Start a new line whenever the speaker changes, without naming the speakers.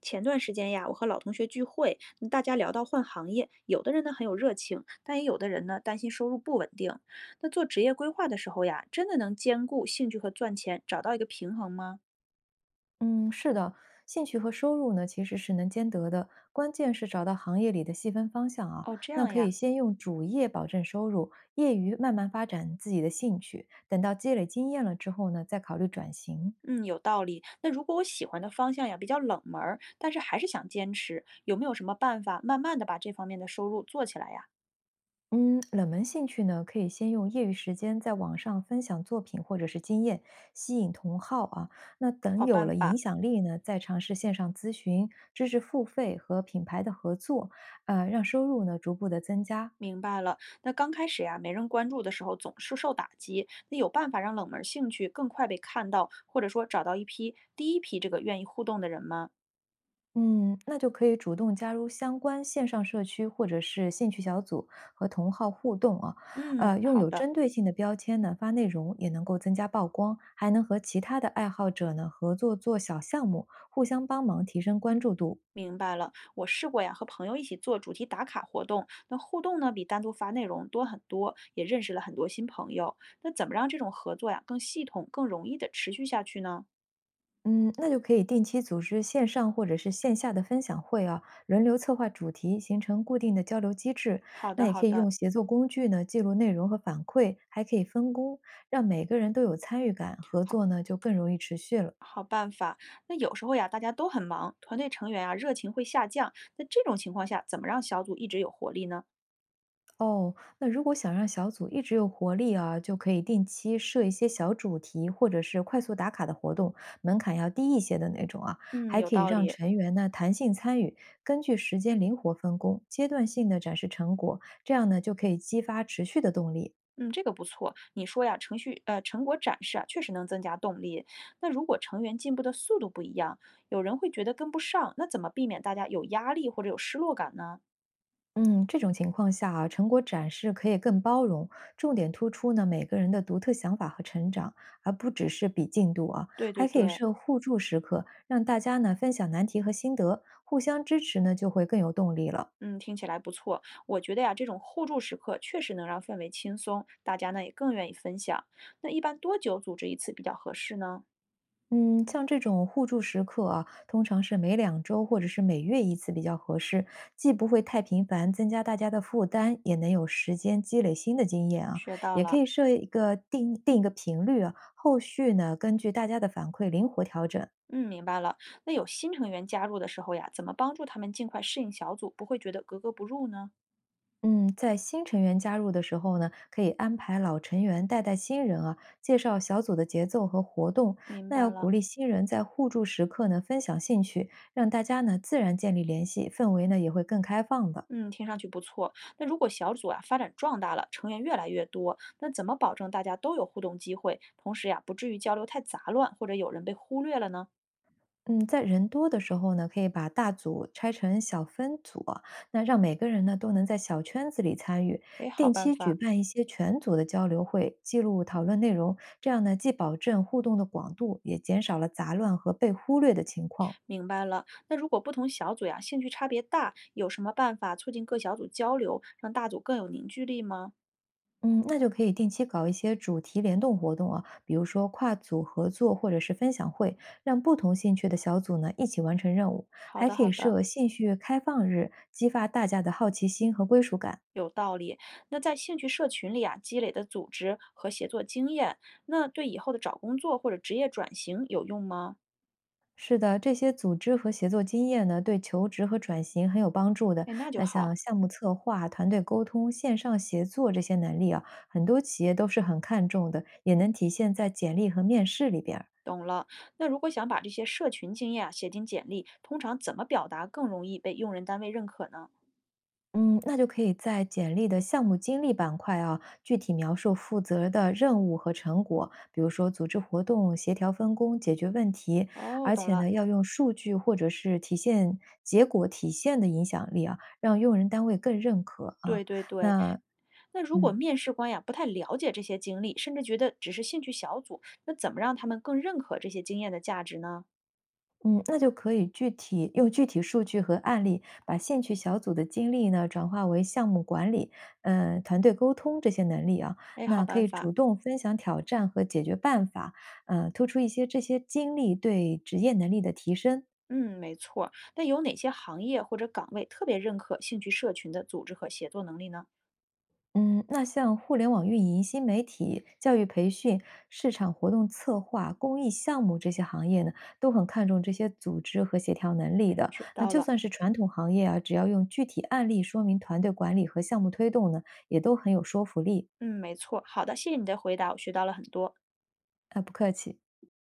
前段时间呀，我和老同学聚会，大家聊到换行业，有的人呢很有热情，但也有的人呢担心收入不稳定。那做职业规划的时候呀，真的能兼顾兴趣和赚钱，找到一个平衡吗？
嗯，是的，兴趣和收入呢其实是能兼得的，关键是找到行业里的细分方向啊。
哦，这
那
样
可以
呀，
先用主业保证收入，业余慢慢发展自己的兴趣，等到积累经验了之后呢，再考虑转型。
嗯，有道理。那如果我喜欢的方向呀比较冷门儿，但是还是想坚持，有没有什么办法慢慢的把这方面的收入做起来呀？
嗯，冷门兴趣呢，可以先用业余时间在网上分享作品或者是经验，吸引同好啊。那等
好
有
办
了影
法，
响力呢，再尝试线上咨询、知识付费和品牌的合作，让收入呢逐步的增加。
明白了，那刚开始呀，没人关注的时候总是受打击。那有办法让冷门兴趣更快被看到，或者说找到一批这个愿意互动的人吗？
嗯，那就可以主动加入相关线上社区或者是兴趣小组，和同好互动啊。
嗯，
用
好
有
的，
针对性的标签呢发内容，也能够增加曝光，还能和其他的爱好者呢合作做小项目，互相帮忙提升关注度。
明白了。我试过呀，和朋友一起做主题打卡活动，那互动呢比单独发内容多很多，也认识了很多新朋友。那怎么让这种合作呀更系统、更容易的持续下去呢？
嗯，那就可以定期组织线上或者是线下的分享会啊，轮流策划主题，形成固定的交流机制。
好
那
的，
也
好
可以
的，
用协作工具呢，记录内容和反馈，还可以分工，让每个人都有参与感，合
好。
作呢就更容易持续了。
好办法。那有时候呀，大家都很忙，团队成员啊热情会下降。那这种情况下，怎么让小组一直有活力呢？
哦，那如果想让小组一直有活力啊，就可以定期设一些小主题，或者是快速打卡的活动，门槛要低一些的那种啊，
嗯，
还
有
可以
道
让
理。
成员呢弹性参与，根据时间灵活分工，阶段性的展示成果，这样呢就可以激发持续的动力。
嗯，这个不错。你说呀，成果展示啊，确实能增加动力。那如果成员进步的速度不一样，有人会觉得跟不上，那怎么避免大家有压力或者有失落感呢？
嗯，这种情况下啊，成果展示可以更包容，重点突出呢每个人的独特想法和成长，而不只是比进度啊，
对对
还可以
对，
设互助时刻，让大家呢分享难题和心得，互相支持呢就会更有动力了。
嗯，听起来不错。我觉得呀，这种互助时刻确实能让氛围轻松，大家呢也更愿意分享。那一般多久组织一次比较合适呢？
嗯，像这种互助时刻啊，通常是每两周或者是每月一次比较合适，既不会太频繁，增加大家的负担，也能有时间积累新的经验啊。
学到
也可
了。
以设一个定一个频率啊，后续呢根据大家的反馈灵活调整。
嗯，明白了。那有新成员加入的时候呀，怎么帮助他们尽快适应小组，不会觉得格格不入呢？
嗯，在新成员加入的时候呢，可以安排老成员带带新人啊，介绍小组的节奏和活动。
明
那要
白
鼓
了。
励新人在互助时刻呢分享兴趣，让大家呢自然建立联系，氛围呢也会更开放的。
嗯，听上去不错。那如果小组啊发展壮大了，成员越来越多，那怎么保证大家都有互动机会，同时呀不至于交流太杂乱，或者有人被忽略了呢？
嗯，在人多的时候呢，可以把大组拆成小分组啊，那让每个人呢都能在小圈子里参与，
哎，好
定
办
期举
法，
办一些全组的交流会，记录讨论内容，这样呢既保证互动的广度，也减少了杂乱和被忽略的情况。
明白了。那如果不同小组呀兴趣差别大，有什么办法促进各小组交流，让大组更有凝聚力吗？
嗯，那就可以定期搞一些主题联动活动啊，比如说跨组合作或者是分享会，让不同兴趣的小组呢一起完成任务，
好
还
的，
可
好
以
的。
设兴趣开放日，激发大家的好奇心和归属感。
有道理。那在兴趣社群里啊，积累的组织和协作经验，那对以后的找工作或者职业转型有用吗？
是的，这些组织和协作经验呢，对求职和转型很有帮助的。
哎，那就
那像
好，
项目策划、团队沟通、线上协作这些能力啊，很多企业都是很看重的，也能体现在简历和面试里边儿。
懂了。那如果想把这些社群经验啊写进简历，通常怎么表达更容易被用人单位认可呢？
嗯，那就可以在简历的项目经历板块啊，具体描述负责的任务和成果，比如说组织活动、协调分工、解决问题，
哦，
而
懂
且
了。
呢，要用数据或者是体现结果体现的影响力啊，让用人单位更认可啊。
对对对，
那
那如果
嗯。
面试官呀不太了解这些经历，甚至觉得只是兴趣小组，那怎么让他们更认可这些经验的价值呢？
嗯，那就可以用具体数据和案例，把兴趣小组的经历呢转化为项目管理、团队沟通这些能力啊。
哎，好
那可
办
以
法。
主动分享挑战和解决办法，嗯，突出一些这些经历对职业能力的提升。
嗯，没错。那有哪些行业或者岗位特别认可兴趣社群的组织和协作能力呢？
嗯，那像互联网运营、新媒体、教育培训、市场活动策划、公益项目这些行业呢，都很看重这些组织和协调能力的。
学
那
到
就
了。
算是传统行业啊，只要用具体案例说明团队管理和项目推动呢，也都很有说服力。
嗯，没错。好的，谢谢你的回答，我学到了很多。
啊，不客气。